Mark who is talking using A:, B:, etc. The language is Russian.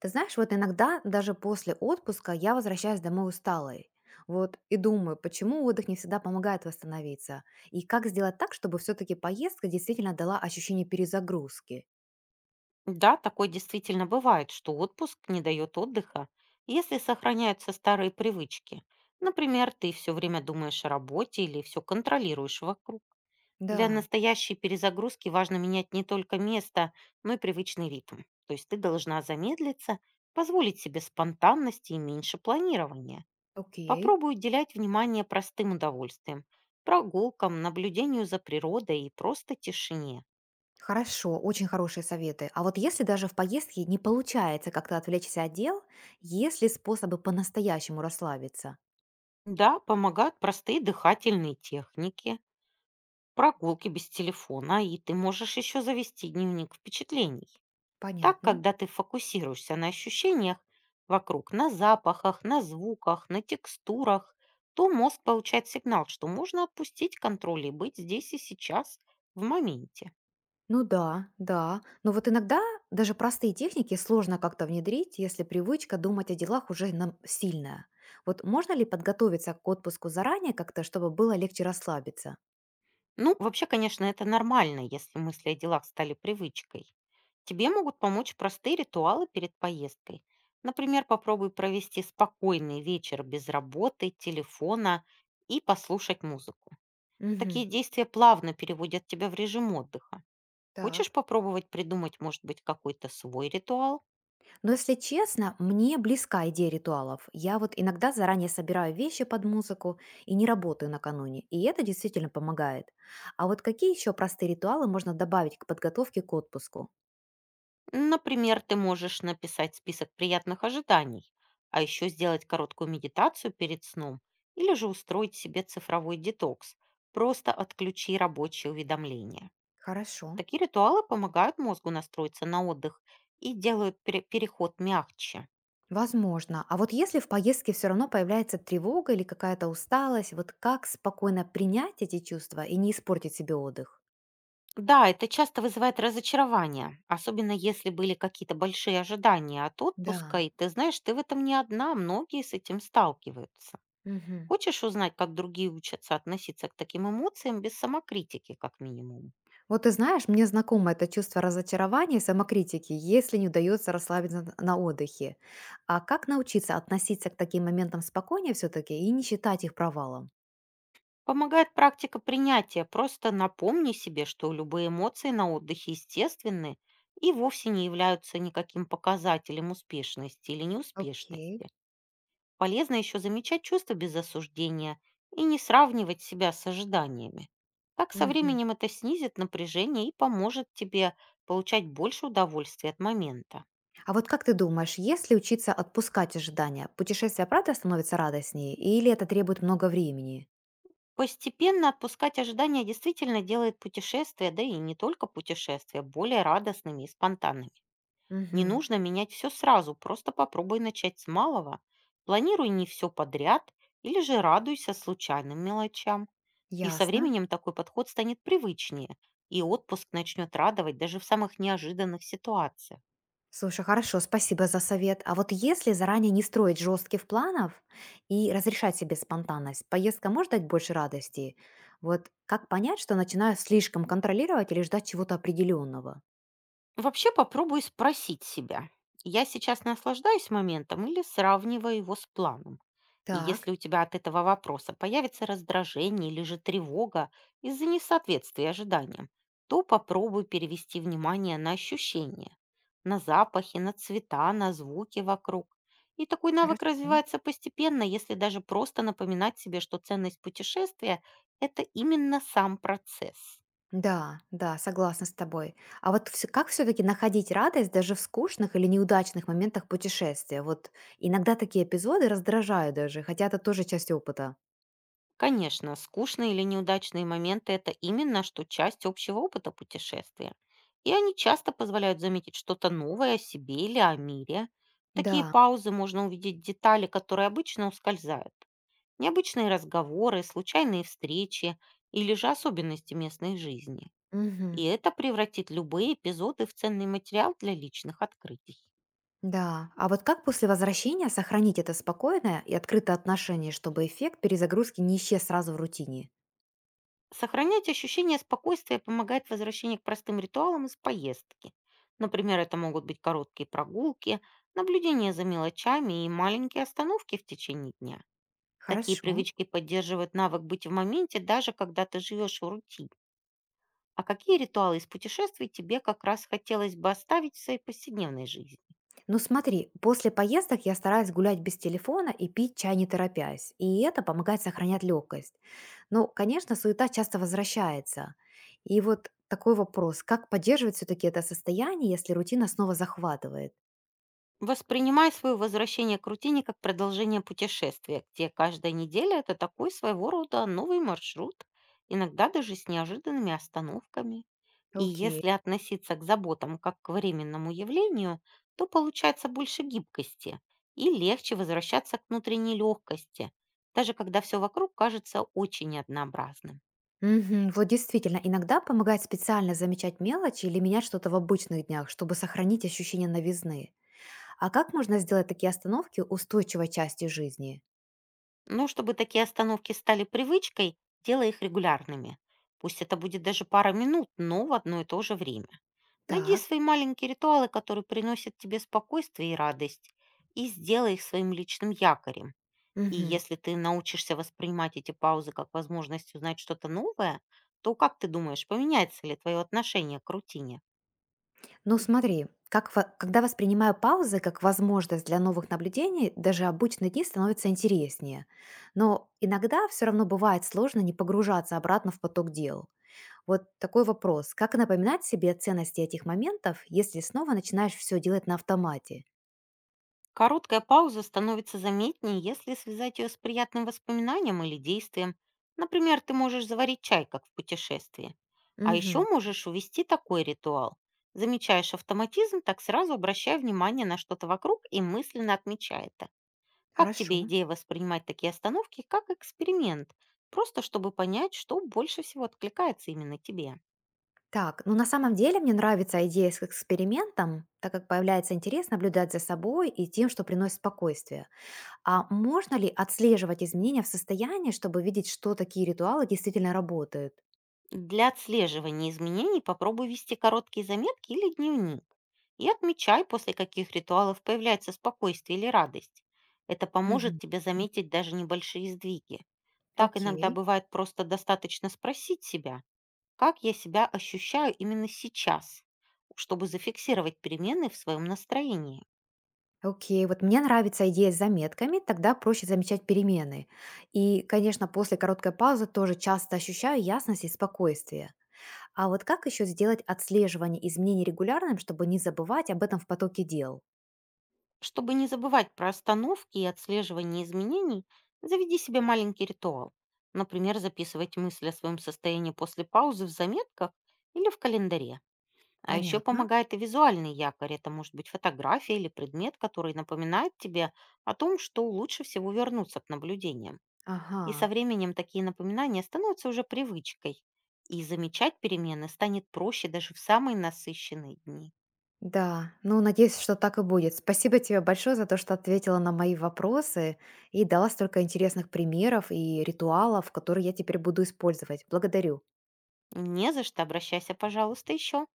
A: Ты знаешь, вот иногда даже после отпуска я возвращаюсь домой усталой. Вот и думаю, почему отдых не всегда помогает восстановиться? И как сделать так, чтобы все-таки поездка действительно дала ощущение перезагрузки?
B: Да, такое действительно бывает, что отпуск не дает отдыха, если сохраняются старые привычки. Например, ты все время думаешь о работе или все контролируешь вокруг. Для
A: Да,
B: настоящей перезагрузки важно менять не только место, но и привычный ритм. То есть ты должна замедлиться, позволить себе спонтанности и меньше планирования.
A: окей.
B: Попробуй уделять внимание простым удовольствиям, прогулкам, наблюдению за природой и просто тишине.
A: Хорошо, очень хорошие советы. А вот если даже в поездке не получается как-то отвлечься от дел, есть ли способы по-настоящему расслабиться?
B: Да, помогают простые дыхательные техники, прогулки без телефона, и ты можешь еще завести дневник впечатлений. Так,
A: Понятно.
B: когда ты фокусируешься на ощущениях вокруг, на запахах, на звуках, на текстурах, то мозг получает сигнал, что можно отпустить контроль и быть здесь и сейчас, в моменте.
A: Ну да, да. Но вот иногда даже простые техники сложно как-то внедрить, если привычка думать о делах уже нам сильная. Вот можно ли подготовиться к отпуску заранее как-то, чтобы было легче расслабиться?
B: Ну, вообще, конечно, это нормально, если мысли о делах стали привычкой. Тебе могут помочь простые ритуалы перед поездкой. Например, попробуй провести спокойный вечер без работы, телефона и послушать музыку. Такие
A: Мгм.
B: действия плавно переводят тебя в режим отдыха.
A: Так.
B: Хочешь попробовать придумать, может быть, какой-то свой ритуал?
A: Но если честно, мне близка идея ритуалов. Я вот иногда заранее собираю вещи под музыку и не работаю накануне. И это действительно помогает. А вот какие еще простые ритуалы можно добавить к подготовке к отпуску?
B: Например, ты можешь написать список приятных ожиданий, а еще сделать короткую медитацию перед сном или же устроить себе цифровой детокс. Просто отключи рабочие уведомления.
A: Хорошо.
B: Такие ритуалы помогают мозгу настроиться на отдых и делают переход мягче.
A: Возможно. А вот если в поездке все равно появляется тревога или какая-то усталость, вот как спокойно принять эти чувства и не испортить себе отдых?
B: Да, это часто вызывает разочарование, особенно если были какие-то большие ожидания от
A: Да.
B: отпуска, и ты знаешь, ты в этом не одна, многие с этим сталкиваются.
A: Мгм.
B: Хочешь узнать, как другие учатся относиться к таким эмоциям без самокритики, как минимум?
A: Вот ты знаешь, мне знакомо это чувство разочарования и самокритики, если не удается расслабиться на отдыхе. А как научиться относиться к таким моментам спокойнее все-таки и не считать их провалом?
B: Помогает практика принятия. Просто напомни себе, что любые эмоции на отдыхе естественны и вовсе не являются никаким показателем успешности или
A: Окей.
B: неуспешности. Полезно еще замечать чувства без осуждения и не сравнивать себя с ожиданиями. Так со
A: Мгм.
B: временем это снизит напряжение и поможет тебе получать больше удовольствия от момента.
A: А вот как ты думаешь, если учиться отпускать ожидания, путешествие правда становится радостнее или это требует много времени?
B: Постепенно отпускать ожидания действительно делает путешествия, да и не только путешествия, более радостными и спонтанными. Не
A: Мгм.
B: нужно менять все сразу, просто попробуй начать с малого. Планируй не все подряд или же радуйся случайным мелочам. И со
A: Ясно.
B: временем такой подход станет привычнее, и отпуск начнет радовать даже в самых неожиданных ситуациях.
A: Слушай, хорошо, спасибо за совет. А вот если заранее не строить жестких планов и разрешать себе спонтанность, поездка может дать больше радости? Вот как понять, что начинаю слишком контролировать или ждать чего-то определенного?
B: Вообще попробуй спросить себя, я сейчас наслаждаюсь моментом или сравниваю его с планом? И
A: Так,
B: если у тебя от этого вопроса появится раздражение или же тревога из-за несоответствия ожиданиям, то попробуй перевести внимание на ощущения, на запахи, на цвета, на звуки вокруг. И такой навык
A: хорошо.
B: развивается постепенно, если даже просто напоминать себе, что ценность путешествия– это именно сам процесс.
A: Да, да, согласна с тобой. А вот как все-таки находить радость даже в скучных или неудачных моментах путешествия? Вот иногда такие эпизоды раздражают даже, хотя это тоже часть опыта.
B: Конечно, скучные или неудачные моменты– это именно что часть общего опыта путешествия. И они часто позволяют заметить что-то новое о себе или о мире. В такие
A: Да.
B: паузы можно увидеть детали, которые обычно ускользают. Необычные разговоры, случайные встречи или же особенности местной жизни. И
A: Мгм.
B: это превратит любые эпизоды в ценный материал для личных открытий.
A: Да, а вот как после возвращения сохранить это спокойное и открытое отношение, чтобы эффект перезагрузки не исчез сразу в рутине?
B: Сохранять ощущение спокойствия помогает возвращение к простым ритуалам из поездки. Например, это могут быть короткие прогулки, наблюдение за мелочами и маленькие остановки в течение дня. Такие
A: Хорошо.
B: привычки поддерживают навык быть в моменте, даже когда ты живешь в рутине. А какие ритуалы из путешествий тебе как раз хотелось бы оставить в своей повседневной жизни?
A: Ну смотри, после поездок я стараюсь гулять без телефона и пить чай не торопясь, и это помогает сохранять легкость. Но, конечно, суета часто возвращается. И вот такой вопрос, как поддерживать все-таки это состояние, если рутина снова захватывает?
B: Воспринимай свое возвращение к рутине как продолжение путешествия, где каждая неделя– это такой своего рода новый маршрут, иногда даже с неожиданными остановками. И
A: Окей.
B: если относиться к заботам как к временному явлению, то получается больше гибкости и легче возвращаться к внутренней легкости, даже когда все вокруг кажется очень однообразным.
A: Мгм. Вот действительно, иногда помогает специально замечать мелочи или менять что-то в обычных днях, чтобы сохранить ощущение новизны. А как можно сделать такие остановки устойчивой частью жизни?
B: Но чтобы такие остановки стали привычкой, делай их регулярными. Пусть это будет даже пара минут, но в одно и то же время. Найди
A: Так.
B: свои маленькие ритуалы, которые приносят тебе спокойствие и радость, и сделай их своим личным якорем. И
A: Мгм.
B: если ты научишься воспринимать эти паузы как возможность узнать что-то новое, то как ты думаешь, поменяется ли твое отношение к рутине?
A: Ну смотри, когда воспринимаю паузы как возможность для новых наблюдений, даже обычные дни становятся интереснее. Но иногда все равно бывает сложно не погружаться обратно в поток дел. Вот такой вопрос. Как напоминать себе о ценности этих моментов, если снова начинаешь все делать на автомате?
B: Короткая пауза становится заметнее, если связать ее с приятным воспоминанием или действием. Например, ты можешь заварить чай, как в путешествии. А
A: Мгм.
B: еще можешь увести такой ритуал. Замечаешь автоматизм, так сразу обращай внимание на что-то вокруг и мысленно отмечай это. Как
A: Хорошо.
B: тебе идея воспринимать такие остановки как эксперимент? Просто чтобы понять, что больше всего откликается именно тебе.
A: Так, ну на самом деле мне нравится идея с экспериментом, так как появляется интерес наблюдать за собой и тем, что приносит спокойствие. А можно ли отслеживать изменения в состоянии, чтобы видеть, что такие ритуалы действительно работают?
B: Для отслеживания изменений попробуй вести короткие заметки или дневник. И отмечай, после каких ритуалов появляется спокойствие или радость. Это
A: Мгм.
B: поможет тебе заметить даже небольшие сдвиги. Так иногда
A: Окей.
B: бывает просто достаточно спросить себя, как я себя ощущаю именно сейчас, чтобы зафиксировать перемены в своем настроении.
A: Окей, вот мне нравится идея с заметками, тогда проще замечать перемены. И, конечно, после короткой паузы тоже часто ощущаю ясность и спокойствие. А вот как еще сделать отслеживание изменений регулярным, чтобы не забывать об этом в потоке дел?
B: Чтобы не забывать про остановки и отслеживание изменений, заведи себе маленький ритуал. Например, записывать мысли о своем состоянии после паузы в заметках или в календаре. А еще
A: Понятно.
B: помогает и визуальный якорь. Это может быть фотография или предмет, который напоминает тебе о том, что лучше всего вернуться к наблюдениям. И со
A: Ага,
B: временем такие напоминания становятся уже привычкой. И замечать перемены станет проще даже в самые насыщенные дни.
A: да. Ну, надеюсь, что так и будет. Спасибо тебе большое за то, что ответила на мои вопросы и дала столько интересных примеров и ритуалов, которые я теперь буду использовать. Благодарю.
B: Не за что, обращайся, пожалуйста, еще.